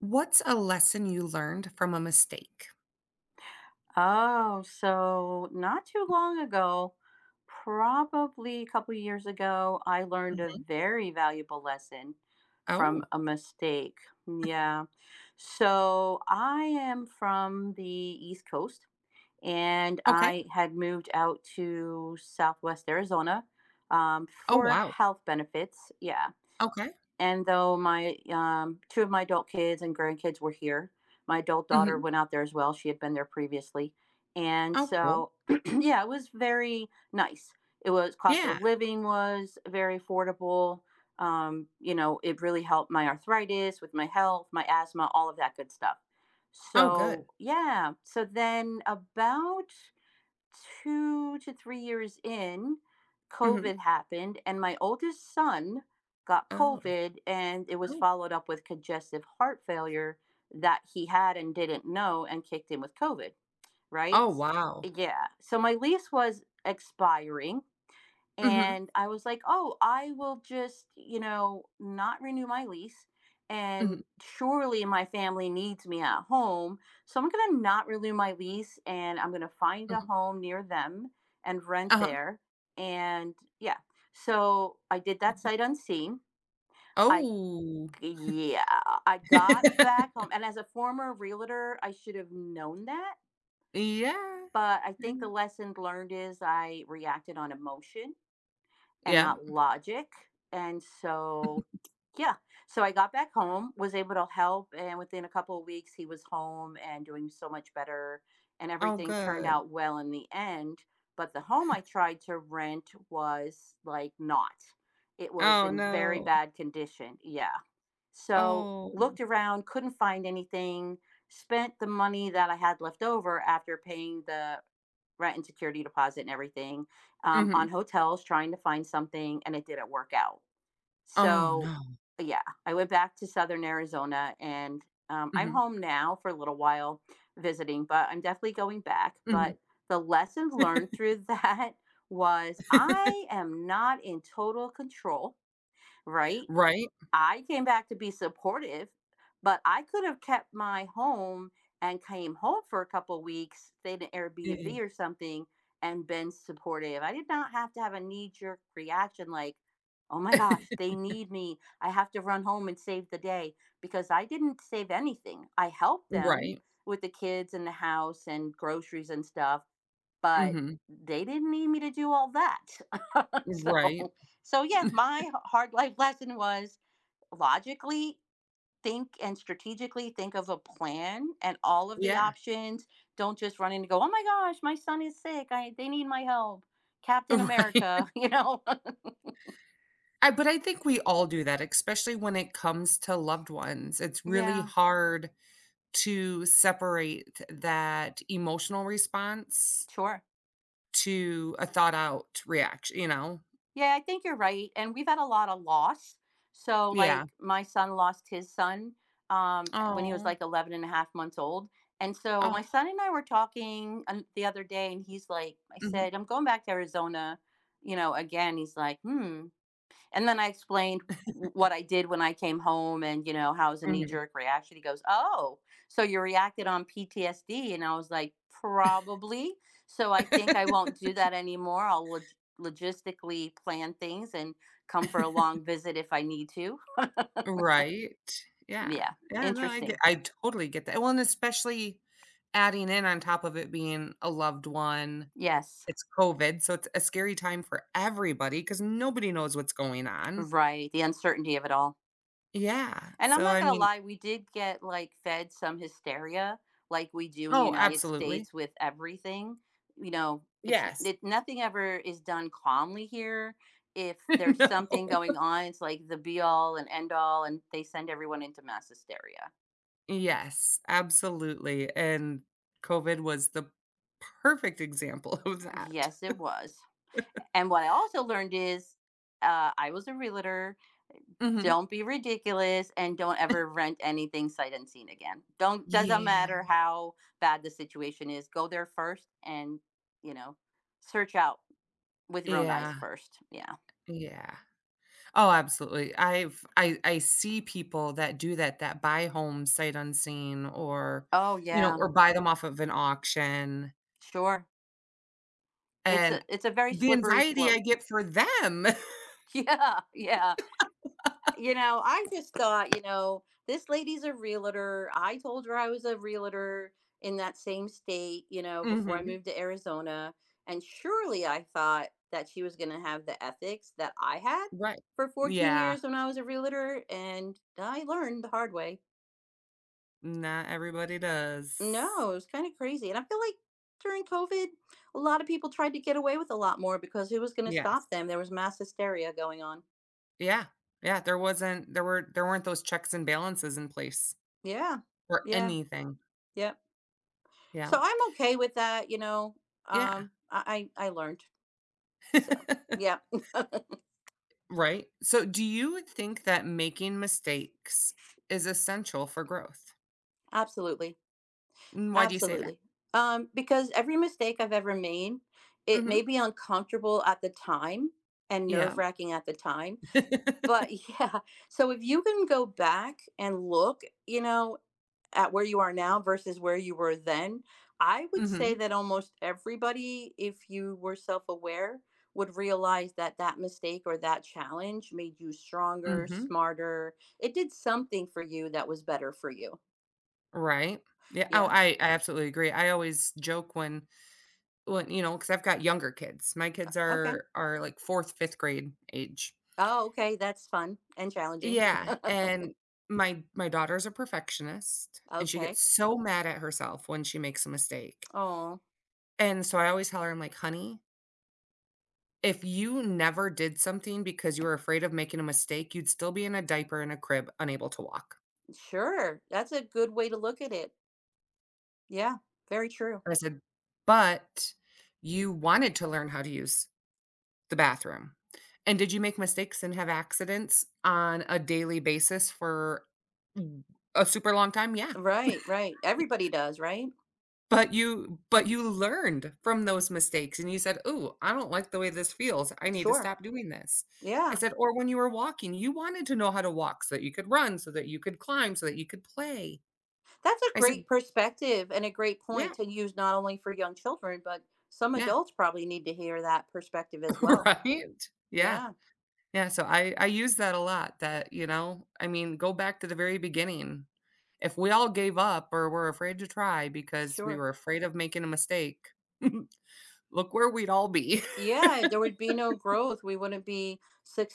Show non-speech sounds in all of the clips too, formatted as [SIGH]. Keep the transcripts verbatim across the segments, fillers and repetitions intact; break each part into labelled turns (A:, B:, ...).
A: What's a lesson you learned from a mistake?
B: Oh, so not too long ago, probably a couple years ago, I learned a
A: Mhm.
B: very valuable lesson from
A: Oh,
B: a mistake. Yeah. So I am from the East Coast and
A: okay.
B: I had moved out to Southwest Arizona um,
A: Oh,
B: for
A: wow.
B: health benefits. Yeah.
A: Okay.
B: And though my um, two of my adult kids and grandkids were here, my adult daughter
A: Mhm.
B: went out there as well. She had been there previously, and
A: Oh, cool.
B: so [CLEARS THROAT] yeah, it was very nice. It was cost
A: Yeah.
B: of living was very affordable. Um, you know, it really helped my arthritis with my health, my asthma, all of that good stuff.
A: Oh, good.
B: So yeah, so then about two to three years in,
A: Mhm.
B: COVID happened, and my oldest son got
A: Oh.
B: COVID, and it was
A: Oh.
B: followed up with congestive heart failure that he had and didn't know and kicked in with COVID, right?
A: Oh, wow.
B: Yeah. So my lease was expiring
A: Mhm.
B: and I was like, oh, I will just, you know, not renew my lease. And
A: Mhm.
B: surely my family needs me at home. So I'm going to not renew my lease and I'm going to find a
A: Mhm.
B: home near them and rent
A: Uh-huh.
B: there. And yeah, so I did that sight unseen. I,
A: Oh.
B: yeah, I got
A: [LAUGHS]
B: back home. And as a former realtor, I should have known that.
A: Yeah.
B: But I think the
A: Mm.
B: lesson learned is I reacted on emotion and
A: Yeah.
B: not logic. And so, yeah. So I got back home, was able to help. And within a couple of weeks, he was home and doing so much better. And
A: Oh,
B: everything turned
A: good.
B: out well in the end. But the home I tried to rent was like not. It was
A: Oh,
B: in very
A: no.
B: bad condition. Yeah. So
A: Oh.
B: looked around, couldn't find anything, spent the money that I had left over after paying the rent and security deposit and everything um,
A: Mhm.
B: on hotels trying to find something, and it didn't work out.
A: Oh,
B: So
A: no.
B: yeah, I went back to Southern Arizona and um, I'm
A: Mhm.
B: home now for a little while visiting, but I'm definitely going back.
A: Mhm.
B: But the lessons learned through that [LAUGHS] was I
A: [LAUGHS]
B: am not in total control, right?
A: Right?
B: I came back to be supportive, but I could have kept my home and came home for a couple of weeks, stayed in Airbnb
A: Yeah.
B: or something, and been supportive. I did not have to have a knee jerk reaction like, oh my gosh,
A: [LAUGHS]
B: they need me. I have to run home and save the day because I didn't save anything. I helped them
A: Right.
B: with the kids and the house and groceries and stuff, but
A: Mhm.
B: they didn't need me to do all that. [LAUGHS]
A: Right.
B: So, so yeah, my hard life [LAUGHS] lesson was logically think and strategically think of a plan and all of the
A: Yeah.
B: options. Don't just run in and go, "Oh my gosh, my son is sick. I they need my help."
A: [LAUGHS]
B: Captain
A: Right.
B: America, [LAUGHS] you know.
A: I but I think we all do that, especially when it comes to loved ones. It's
B: [LAUGHS]
A: really
B: Yeah,
A: hard to separate that emotional response
B: sure.
A: to a thought out reaction, you know?
B: Yeah, I think you're right. And we've had a lot of loss. So
A: Yeah.
B: like my son lost his son um when he was
A: Oh,
B: like eleven and a half months old. And so my
A: oh,
B: son and I were talking um, the other day and he's like I
A: mhm,
B: said, "I'm going back to Arizona." You know, again, he's like, "Hmm, and then I explained what I did when I came home and, you know, how it was a knee
A: mhm.
B: jerk reaction. He goes, oh, so you reacted on P T S D. And I was like, probably. So I think I
A: [LAUGHS]
B: won't do that anymore. I'll log- logistically plan things and come for a long visit if I need to.
A: Right. Yeah.
B: Yeah.
A: Yeah, no, I get
B: Interesting.
A: I totally get that. Well, and especially adding in on top of it being a loved one,
B: Yes.
A: it's COVID, so it's a scary time for everybody because nobody knows what's going on.
B: Right. The uncertainty of it all.
A: Yeah,
B: And I'm
A: so
B: not
A: I
B: gonna
A: mean.
B: lie, we did get like fed some hysteria, like we do in the
A: Oh,
B: United
A: absolutely.
B: States with everything. You know, it's
A: Yes.
B: it, nothing ever is done calmly here. If
A: [LAUGHS]
B: there's something going
A: No.
B: on, it's like the be all and end all, and they send everyone into mass hysteria.
A: Yes, absolutely, and COVID was the perfect example of that.
B: Yes, it was. And what I also learned is, uh, I was a realtor
A: Mhm.
B: don't be ridiculous and don't ever rent anything sight unseen again. Don't doesn't
A: Yeah,
B: matter how bad the situation is. Go there first and, you know, search out with your own eyes
A: yeah,
B: first. Yeah.
A: yeah. Oh, absolutely. I've I I see people that do that, that buy homes sight unseen or,
B: Oh
A: you know,
B: yeah,
A: or buy them off of an auction,
B: sure. It's a
A: and
B: it's a very
A: the
B: slippery
A: anxiety I
B: slope.
A: get
B: [LAUGHS]
A: for them. [LAUGHS]
B: Yeah, yeah. you know, I just thought, you know, this lady's a realtor. I told her I was a realtor in that same state, you know, before I
A: Mhm.
B: moved to Arizona. And surely I thought that she was going to have the ethics that I had
A: Right.
B: for fourteen
A: Yeah.
B: years when I was a realtor. And I learned the hard way.
A: Not everybody does.
B: No, it was kind of crazy. And I feel like during COVID, a lot of people tried to get away with a lot more because who was going to
A: Yes.
B: stop them? There was mass hysteria going on.
A: Yeah. Yeah, there wasn't there were there weren't those checks and balances in place
B: Yeah.
A: for
B: Yeah.
A: anything.
B: Yep.
A: Yeah.
B: So I'm okay with that, you know.
A: Yeah.
B: Um, I I I learned. So
A: [LAUGHS]
B: yeah, [LAUGHS]
A: Right? So, do you think that making mistakes is essential for growth?
B: absolutely,
A: Mm, why do you say that?
B: absolutely. Um, because every mistake I've ever made, it
A: Mhm.
B: may be uncomfortable at the time and
A: Yeah.
B: nerve wracking at the time,
A: [LAUGHS]
B: but [LAUGHS] yeah. So if you can go back and look, you know. At where you are now versus where you were then, I would say
A: Mhm.
B: that almost everybody, if you were self aware, would realize that that mistake or that challenge made you stronger,
A: Mhm.
B: smarter. It did something for you that was better for you.
A: Right. Yeah. Oh,
B: Yeah.
A: I I absolutely agree. I always joke when when, you know because 'cause I've got younger kids. My kids
B: Okay.
A: are are, like, fourth, fifth grade age.
B: Oh, okay. That's fun and challenging.
A: Yeah,
B: [LAUGHS]
A: and my my daughter's a perfectionist, and she gets
B: Okay.
A: so mad at herself when she makes a mistake,
B: Oh,
A: and so I always tell her, I'm like, "Honey, if you never did something because you were afraid of making a mistake, you'd still be in a diaper in a crib, unable to walk."
B: sure. That's a good way to look at it. Yeah. Very true.
A: And I said, "But you wanted to learn how to use the bathroom, and did you make mistakes and have accidents on a daily basis for w a super long time? Yeah."
B: Right. Right. Everybody does, right?
A: But you but you learned from those mistakes and you said, "Ooh, I don't like the way this feels. I need to
B: Sure.
A: stop doing this." I
B: Yeah.
A: said, "Or when you were walking, you wanted to know how to walk so that you could run, so that you could climb, so that you could play."
B: That's a
A: I said,
B: great perspective and a great
A: "Yeah,
B: point to use not only for young children, but some
A: yeah."
B: adults probably need to hear that perspective as
A: [LAUGHS]
B: well.
A: Right? Yeah.
B: Yeah,
A: Yeah, so I I use that a lot that, you know, I mean, go back to the very beginning. If we all gave up or were afraid to try because we
B: sure.
A: were afraid of making a mistake, [LAUGHS] look where we'd all be. [LAUGHS]
B: Yeah, there would be no growth. We wouldn't be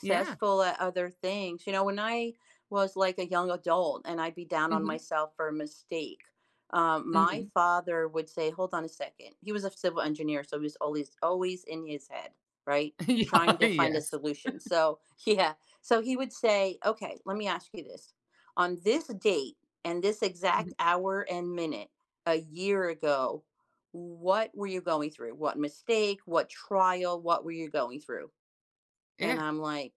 A: Yeah.
B: at other things. You know, when I was like a young adult and I'd be down on
A: Mhm.
B: myself for a mistake, um, my
A: Mhm.
B: father would say, "Hold on a second." He was a civil engineer, so he was always always in his head, right?
A: [LAUGHS] Yeah,
B: Trying to find a
A: yes.
B: solution. So [LAUGHS] yeah, so he would say, "Okay, let me ask you this. On this date and this exact
A: Mhm.
B: hour and minute a year ago." What were you going through? What mistake? What trial? What were you going through? And
A: Yeah.
B: I'm like,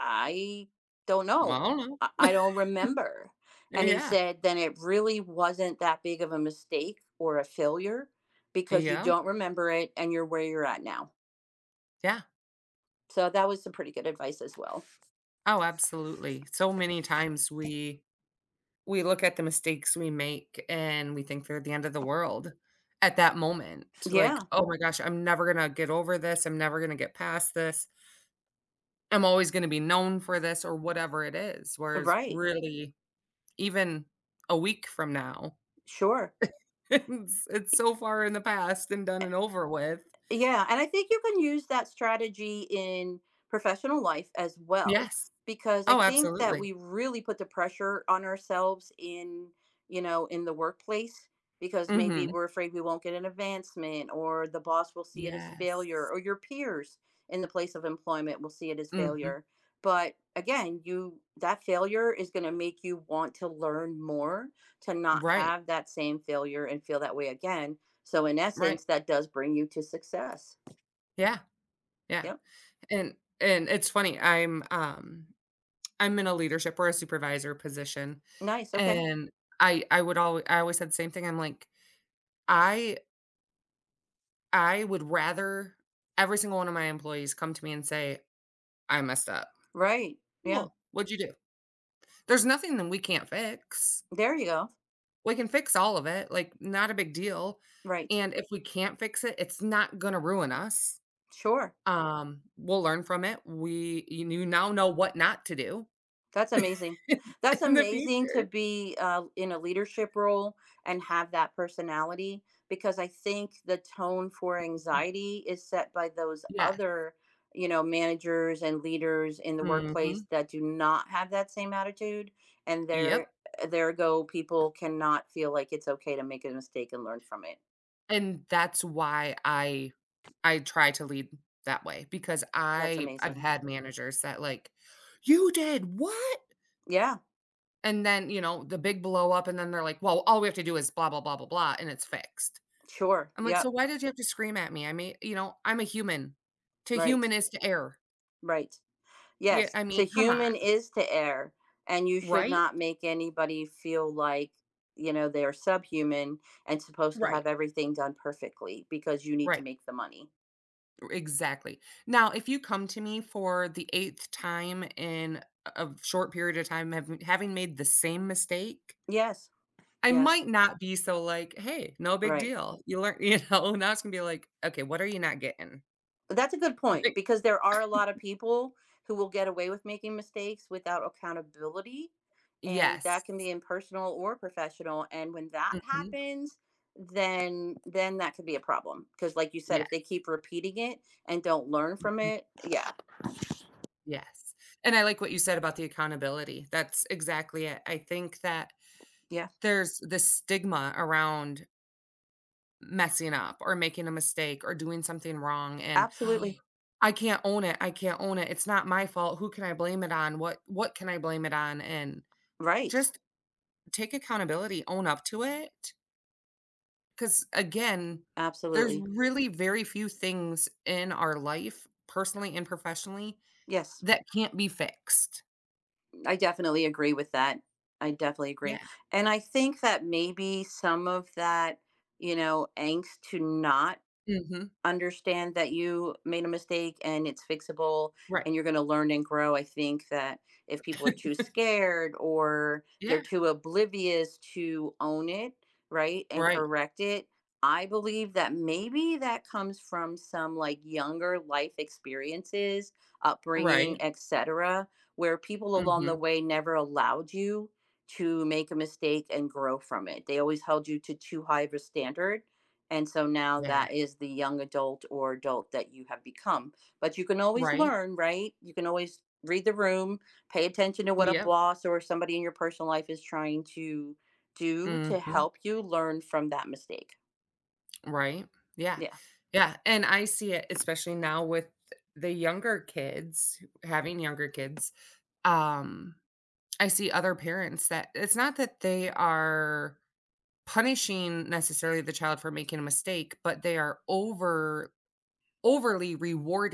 B: I don't
A: Well, [LAUGHS] I
B: know.
A: don't
B: I,
A: know.
B: I don't remember.
A: [LAUGHS]
B: And he
A: Yeah.
B: said, then it really wasn't that big of a mistake or a failure because you
A: Yeah.
B: don't remember it and you're where you're at now.
A: Yeah.
B: So that was some pretty good advice as well.
A: Oh, absolutely. So many times we we look at the mistakes we make and we think they're the end of the world at that moment.
B: Yeah,
A: Like, "Oh my gosh, I'm never gonna get over this. I'm never gonna get past this. I'm always gonna be known for this," or whatever it is. Whereas
B: right.
A: really, even a week from now,
B: Sure.
A: [LAUGHS] it's it's so far in the past and done and over with.
B: Yeah, and I think you can use that strategy in professional life as well,
A: Yes.
B: because I
A: Oh,
B: think that
A: absolutely.
B: we really put the pressure on ourselves in, you know, in the workplace because maybe
A: Mhm.
B: we're afraid we won't get an advancement or the boss will see it as failure
A: Yes.
B: or your peers in the place of employment will see it as
A: Mhm.
B: failure. But again, you that failure is going to make you want to learn more to not
A: Right,
B: have that same failure and feel that way again so in
A: right.
B: essence, that does bring you to success.
A: Yeah, yeah,
B: Yep.
A: and and it's funny, I'm, um I'm in a leadership or a supervisor position,
B: Nice. Okay.
A: and I I would alwa I always said the same thing, I'm like, "I I would rather every single one of my employees come to me and say I messed up.
B: Right.
A: Cool.
B: Yeah.
A: 'Cool, what'd you do? There's nothing that we can't fix.
B: There you go.
A: We can fix all of it, like, not a big deal,
B: Right.
A: and if we can't fix it, it's not gonna ruin us."
B: Sure.
A: Um, we'll learn from it. We you you now know what not to do
B: That's amazing.
A: [LAUGHS]
B: That's
A: in the
B: amazing to
A: future.
B: be uh, in a leadership role and have that personality because I think the tone for anxiety is set by those
A: Yes.
B: other, you know, managers and leaders in the workplace
A: Mhm.
B: that do not have that same attitude, and there,
A: Yep.
B: there go people cannot feel like it's okay to make a mistake and learn from it.
A: And that's why I I try to lead that way because
B: That's
A: I I've
B: amazing.
A: had managers that like, "You did what?"
B: Yeah,
A: And then, you know, the big blow up and then they're like, "Well, all we have to do is blah, blah, blah, blah, blah, and it's fixed."
B: sure.
A: I'm like, "So
B: Yep.
A: why did you have to scream at me? I mean, you know, I'm a human. To
B: Right.
A: human is to err."
B: Right.
A: Yeah,
B: Yes,
A: I
B: to
A: mean, come on.
B: human is to err, and you should
A: Right?
B: not make anybody feel like, you know, they're subhuman and supposed to
A: Right.
B: have everything done perfectly because you need to
A: Right.
B: make the money.
A: Exactly. Now, if you come to me for the eighth time in a a short period of time having having made the same mistake,
B: Yes.
A: I
B: Yes.
A: might not be so like, "Hey, no big
B: Right.
A: deal." You learn [LAUGHS] you know, now it's gonna be like, "Okay, what are you not getting?"
B: That's a good point
A: Like.
B: because there are a lot of people who will get away with making mistakes without accountability, and
A: Yes.
B: that can be in personal or professional. And when that
A: Mhm.
B: happens, then then that could be a problem because, like you said,
A: Yeah.
B: if they keep repeating it and don't learn from
A: Mm,
B: it, yeah,
A: yes. And I like what you said about the accountability. That's exactly it. I think that
B: yeah,
A: there's this stigma around messing up or making a mistake or doing something wrong and
B: absolutely
A: [GASPS] I can't own it, I can't own it, it's not my fault, who can I blame it on, what what can I blame it on, and
B: right,
A: just take accountability, own up to it. Because again, there's
B: absolutely,
A: really very few things in our life, personally and professionally,
B: yes,
A: that can't be fixed.
B: I definitely agree with that. I definitely agree,
A: Yeah.
B: and I think that maybe some of that, you know, angst to not
A: Mhm.
B: understand that you made a mistake and it's fixable
A: Right.
B: and you're going to learn and grow. I think that if people are too
A: [LAUGHS]
B: scared or they're
A: Yeah.
B: too oblivious to own it, right, and
A: Right,
B: correct it, I believe that maybe that comes from some like younger life experiences, upbringing,
A: right.
B: et cetera, where people along the
A: Mhm.
B: way never allowed you to make a mistake and grow from it. They always held you to too high of a standard and so now
A: Yeah.
B: that is the young adult or adult that you have become. But you can always
A: Right.
B: learn, right? You can always read the room, pay attention to what a
A: Yep.
B: boss or somebody in your personal life is trying to do to
A: Mhm.
B: help you learn from that mistake.
A: Right? Yeah.
B: Yeah.
A: Yeah, and I see it, especially now with the younger kids, having younger kids. Um, I see other parents that it's not that they are punishing necessarily the child for making a mistake, but they are over overly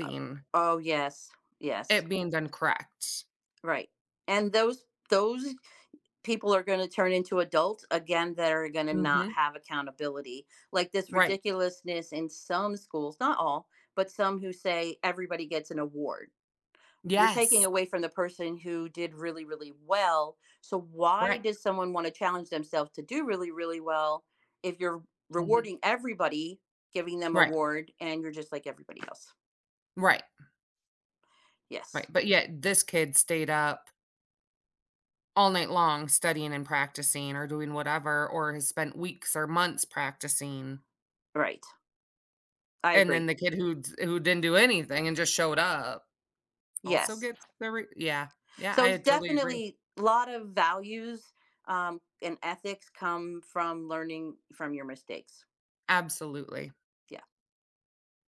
B: Uh, Oh, yes. Yes.
A: it being done correct.
B: Right. And those those people are going to turn into adults again that are going to not
A: Mhm.
B: have accountability. Like this
A: Right.
B: ridiculousness in some schools, not all, but some who say everybody gets an award you're taking
A: Yes.
B: away from the person who did really really well so why
A: Right.
B: does someone want to challenge themselves to do really really well if you're
A: Mhm.
B: rewarding everybody giving them
A: Right.
B: award and you're just like everybody else
A: Right. Right.
B: yes
A: But yet this kid stayed up all night long studying and practicing or doing whatever, or has spent weeks or months practicing,
B: right I
A: and then
B: agree
A: the kid who d who didn't do anything and just showed up also
B: yes
A: gets the re yeah, yeah,
B: so
A: I
B: it's
A: totally agree.
B: definitely a lot of values um, and ethics come from learning from your mistakes
A: Absolutely,
B: yeah.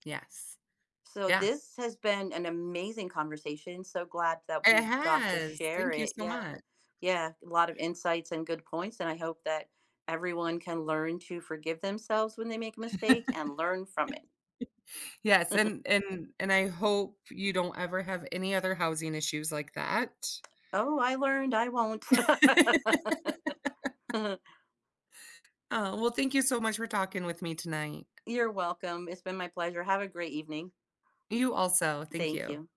A: yes,
B: So
A: yeah,
B: this has been an amazing conversation. So glad that
A: it
B: we got to
A: has,
B: share
A: thank you
B: it.
A: so
B: Yeah.
A: much.
B: Yeah, a lot of insights and good points and I hope that everyone can learn to forgive themselves when they make a mistake and learn from it.
A: Yes, and and and I hope you don't ever have any other housing issues like that.
B: Oh, I learned, I won't.
A: [LAUGHS]
B: [LAUGHS]
A: Oh, well, thank you so much for talking with me tonight.
B: You're welcome. It's been my pleasure. Have a great evening.
A: You also, thank
B: Thank
A: you.
B: you.